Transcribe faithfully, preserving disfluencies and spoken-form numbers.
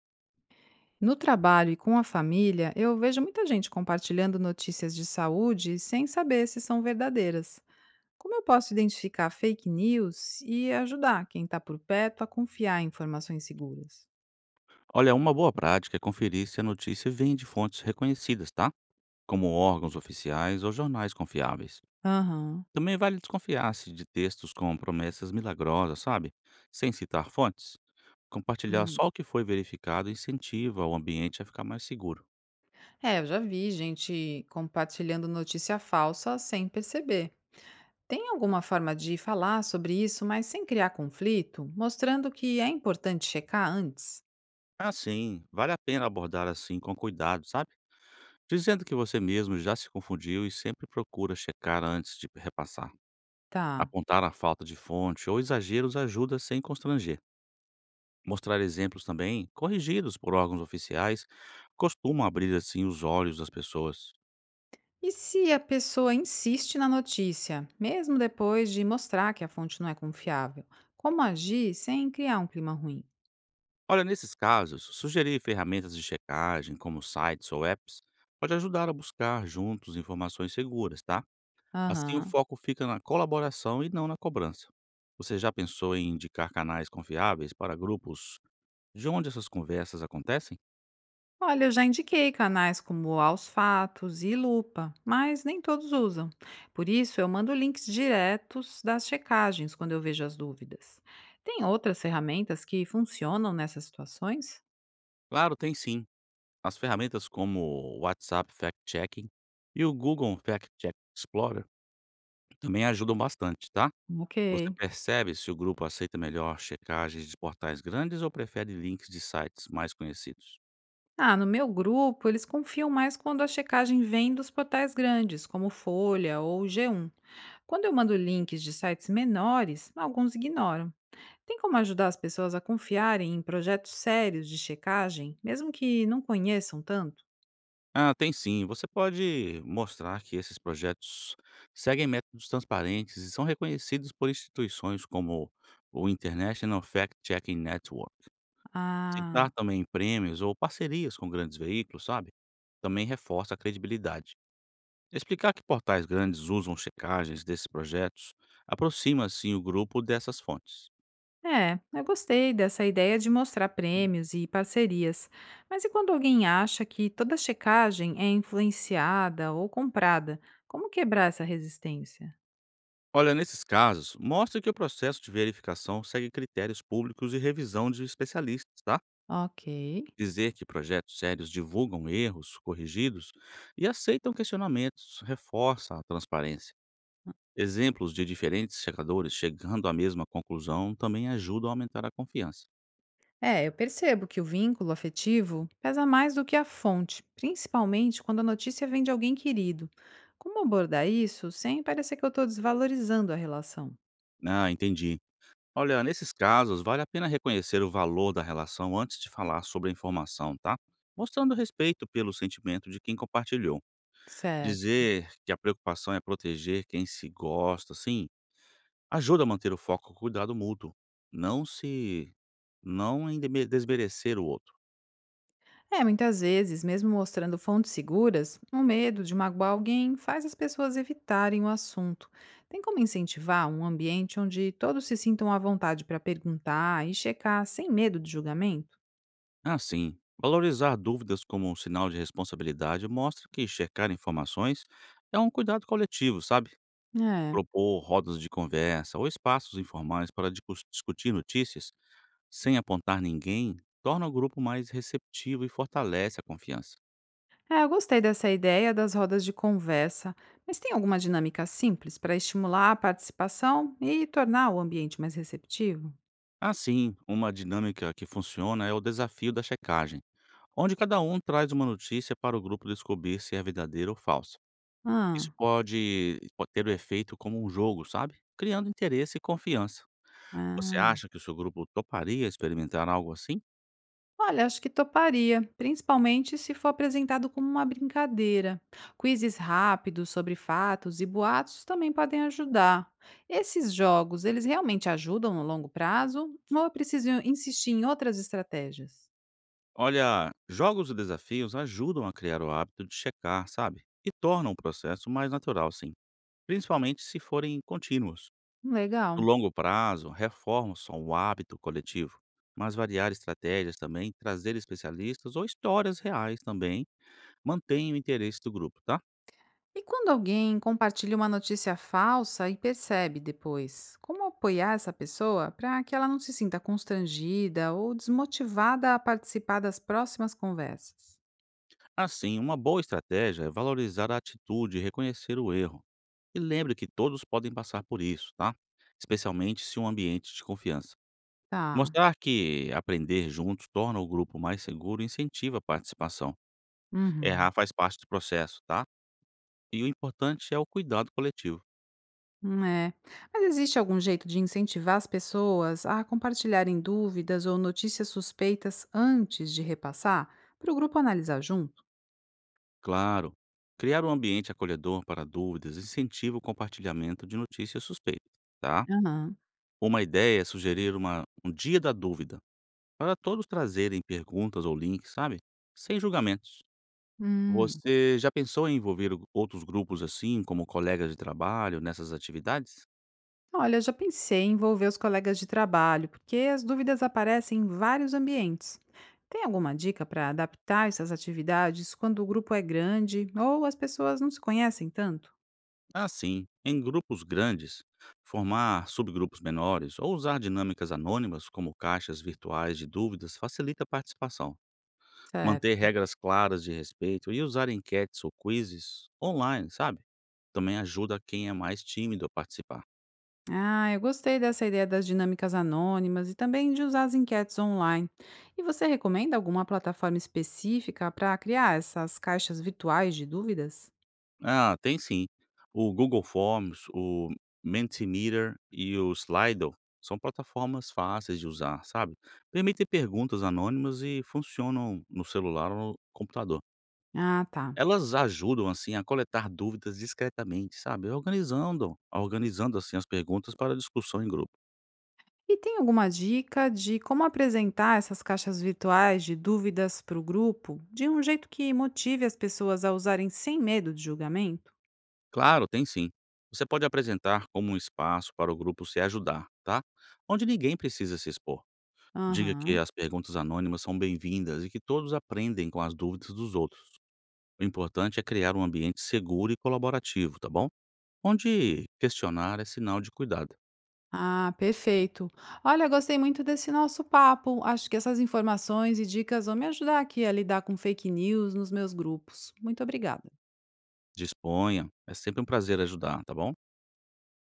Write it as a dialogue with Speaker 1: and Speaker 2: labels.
Speaker 1: No trabalho e com a família, eu vejo muita gente compartilhando notícias de saúde sem saber se são verdadeiras. Como eu posso identificar fake news e ajudar quem está por perto a confiar em informações seguras?
Speaker 2: Olha, uma boa prática é conferir se a notícia vem de fontes reconhecidas, tá? Como órgãos oficiais ou jornais confiáveis.
Speaker 1: Aham.
Speaker 2: Também vale desconfiar-se de textos com promessas milagrosas, sabe? Sem citar fontes. Compartilhar
Speaker 1: Hum.
Speaker 2: só o que foi verificado incentiva o ambiente a ficar mais seguro.
Speaker 1: É, eu já vi gente compartilhando notícia falsa sem perceber. Tem alguma forma de falar sobre isso, mas sem criar conflito, mostrando que é importante checar antes?
Speaker 2: Assim, vale a pena abordar assim com cuidado, sabe? Dizendo que você mesmo já se confundiu e sempre procura checar antes de repassar.
Speaker 1: Tá.
Speaker 2: Apontar a falta de fonte ou exageros ajuda sem constranger. Mostrar exemplos também, corrigidos por órgãos oficiais, costuma abrir assim os olhos das pessoas.
Speaker 1: E se a pessoa insiste na notícia, mesmo depois de mostrar que a fonte não é confiável? Como agir sem criar um clima ruim?
Speaker 2: Olha, nesses casos, sugerir ferramentas de checagem, como sites ou apps, pode ajudar a buscar juntos informações seguras, tá? Assim o
Speaker 1: Aham.
Speaker 2: foco fica na colaboração e não na cobrança. Você já pensou em indicar canais confiáveis para grupos de onde essas conversas acontecem?
Speaker 1: Olha, eu já indiquei canais como Aos Fatos e Lupa, mas nem todos usam. Por isso, eu mando links diretos das checagens quando eu vejo as dúvidas. Tem outras ferramentas que funcionam nessas situações?
Speaker 2: Claro, tem sim. As ferramentas como o WhatsApp Fact Checking e o Google Fact Check Explorer também ajudam bastante, tá?
Speaker 1: Ok.
Speaker 2: Você percebe se o grupo aceita melhor checagens de portais grandes ou prefere links de sites mais conhecidos?
Speaker 1: Ah, no meu grupo, eles confiam mais quando a checagem vem dos portais grandes, como Folha ou G um. Quando eu mando links de sites menores, alguns ignoram. Tem como ajudar as pessoas a confiarem em projetos sérios de checagem, mesmo que não conheçam tanto?
Speaker 2: Ah, tem sim. Você pode mostrar que esses projetos seguem métodos transparentes e são reconhecidos por instituições como o International Fact Checking Network.
Speaker 1: Ah,
Speaker 2: Citar também prêmios ou parcerias com grandes veículos, sabe? Também reforça a credibilidade. Explicar que portais grandes usam checagens desses projetos aproxima, assim, o grupo dessas fontes.
Speaker 1: é, eu gostei dessa ideia de mostrar prêmios e parcerias. Mas e quando alguém acha que toda checagem é influenciada ou comprada? Como quebrar essa resistência?
Speaker 2: Olha, nesses casos, mostra que o processo de verificação segue critérios públicos e revisão de especialistas, tá?
Speaker 1: Ok.
Speaker 2: Dizer que projetos sérios divulgam erros corrigidos e aceitam questionamentos reforça a transparência. Exemplos de diferentes checadores chegando à mesma conclusão também ajudam a aumentar a confiança.
Speaker 1: É, eu percebo que o vínculo afetivo pesa mais do que a fonte, principalmente quando a notícia vem de alguém querido. Como abordar isso sem parecer que eu estou desvalorizando a relação?
Speaker 2: Ah, entendi. Olha, nesses casos, vale a pena reconhecer o valor da relação antes de falar sobre a informação, tá? Mostrando respeito pelo sentimento de quem compartilhou.
Speaker 1: Certo.
Speaker 2: Dizer que a preocupação é proteger quem se gosta, assim, ajuda a manter o foco o cuidado mútuo, não se não em deme desmerecer o outro.
Speaker 1: É, muitas vezes, mesmo mostrando fontes seguras, o medo de magoar alguém faz as pessoas evitarem o assunto. Tem como incentivar um ambiente onde todos se sintam à vontade para perguntar e checar sem medo de julgamento?
Speaker 2: É. Assim, valorizar dúvidas como um sinal de responsabilidade mostra que checar informações é um cuidado coletivo, sabe?
Speaker 1: É.
Speaker 2: Propor rodas de conversa ou espaços informais para discus discutir notícias sem apontar ninguém torna o grupo mais receptivo e fortalece a confiança.
Speaker 1: É, eu gostei dessa ideia das rodas de conversa, mas tem alguma dinâmica simples para estimular a participação e tornar o ambiente mais receptivo?
Speaker 2: Assim, uma dinâmica que funciona é o desafio da checagem, onde cada um traz uma notícia para o grupo descobrir se é verdadeira ou falsa. Isso
Speaker 1: Ah,
Speaker 2: pode, pode ter o efeito como um jogo, sabe? Criando interesse e confiança. Você
Speaker 1: ah.
Speaker 2: acha que o seu grupo toparia experimentar algo assim?
Speaker 1: Olha, acho que toparia, principalmente se for apresentado como uma brincadeira. Quizzes rápidos sobre fatos e boatos também podem ajudar. Esses jogos, eles realmente ajudam no longo prazo ou é preciso insistir em outras estratégias?
Speaker 2: Olha, jogos e desafios ajudam a criar o hábito de checar, sabe? E tornam o processo mais natural, sim, principalmente se forem contínuos. No
Speaker 1: Legal.
Speaker 2: longo prazo, reformas são o hábito coletivo, mas variar estratégias também, trazer especialistas ou histórias reais também, mantém o interesse do grupo, tá?
Speaker 1: E quando alguém compartilha uma notícia falsa e percebe depois, como apoiar essa pessoa para que ela não se sinta constrangida ou desmotivada a participar das próximas conversas?
Speaker 2: Assim, uma boa estratégia é valorizar a atitude e reconhecer o erro. E lembre que todos podem passar por isso, tá? Especialmente se um ambiente de confiança.
Speaker 1: Tá.
Speaker 2: Mostrar que aprender juntos torna o grupo mais seguro e incentiva a participação.
Speaker 1: Uhum.
Speaker 2: Errar faz parte do processo, tá? E o importante é o cuidado coletivo.
Speaker 1: Hum, é. Mas existe algum jeito de incentivar as pessoas a compartilharem dúvidas ou notícias suspeitas antes de repassar para o grupo analisar junto?
Speaker 2: Claro. Criar um ambiente acolhedor para dúvidas incentiva o compartilhamento de notícias suspeitas, tá?
Speaker 1: Aham.
Speaker 2: Uma ideia é sugerir uma, um dia da dúvida, para todos trazerem perguntas ou links, sabe? Sem julgamentos.
Speaker 1: Hum.
Speaker 2: Você já pensou em envolver o- outros grupos assim, como colegas de trabalho, nessas atividades?
Speaker 1: Olha, eu já pensei em envolver os colegas de trabalho, porque as dúvidas aparecem em vários ambientes. Tem alguma dica para adaptar essas atividades quando o grupo é grande ou as pessoas não se conhecem tanto?
Speaker 2: Ah, sim. Em grupos grandes, formar subgrupos menores ou usar dinâmicas anônimas como caixas virtuais de dúvidas facilita a participação. Manter
Speaker 1: Certo.
Speaker 2: regras claras de respeito e usar enquetes ou quizzes online, sabe? Também ajuda quem é mais tímido a participar.
Speaker 1: Ah, eu gostei dessa ideia das dinâmicas anônimas e também de usar as enquetes online. E você recomenda alguma plataforma específica para criar essas caixas virtuais de dúvidas?
Speaker 2: Ah, tem sim. O Google Forms, o Mentimeter e o Slido são plataformas fáceis de usar, sabe? Permitem perguntas anônimas e funcionam no celular ou no computador.
Speaker 1: Ah, tá.
Speaker 2: Elas ajudam assim a coletar dúvidas discretamente, sabe? Organizando, organizando assim as perguntas para discussão em grupo.
Speaker 1: E tem alguma dica de como apresentar essas caixas virtuais de dúvidas para o grupo de um jeito que motive as pessoas a usarem sem medo de julgamento?
Speaker 2: Claro, tem sim. Você pode apresentar como um espaço para o grupo se ajudar, tá? Onde ninguém precisa se expor. Diga que
Speaker 1: Aham.
Speaker 2: as perguntas anônimas são bem-vindas e que todos aprendem com as dúvidas dos outros. O importante é criar um ambiente seguro e colaborativo, tá bom? Onde questionar é sinal de cuidado.
Speaker 1: Ah, perfeito. Olha, gostei muito desse nosso papo. Acho que essas informações e dicas vão me ajudar aqui a lidar com fake news nos meus grupos. Muito obrigada.
Speaker 2: Disponha, é sempre um prazer ajudar, tá bom?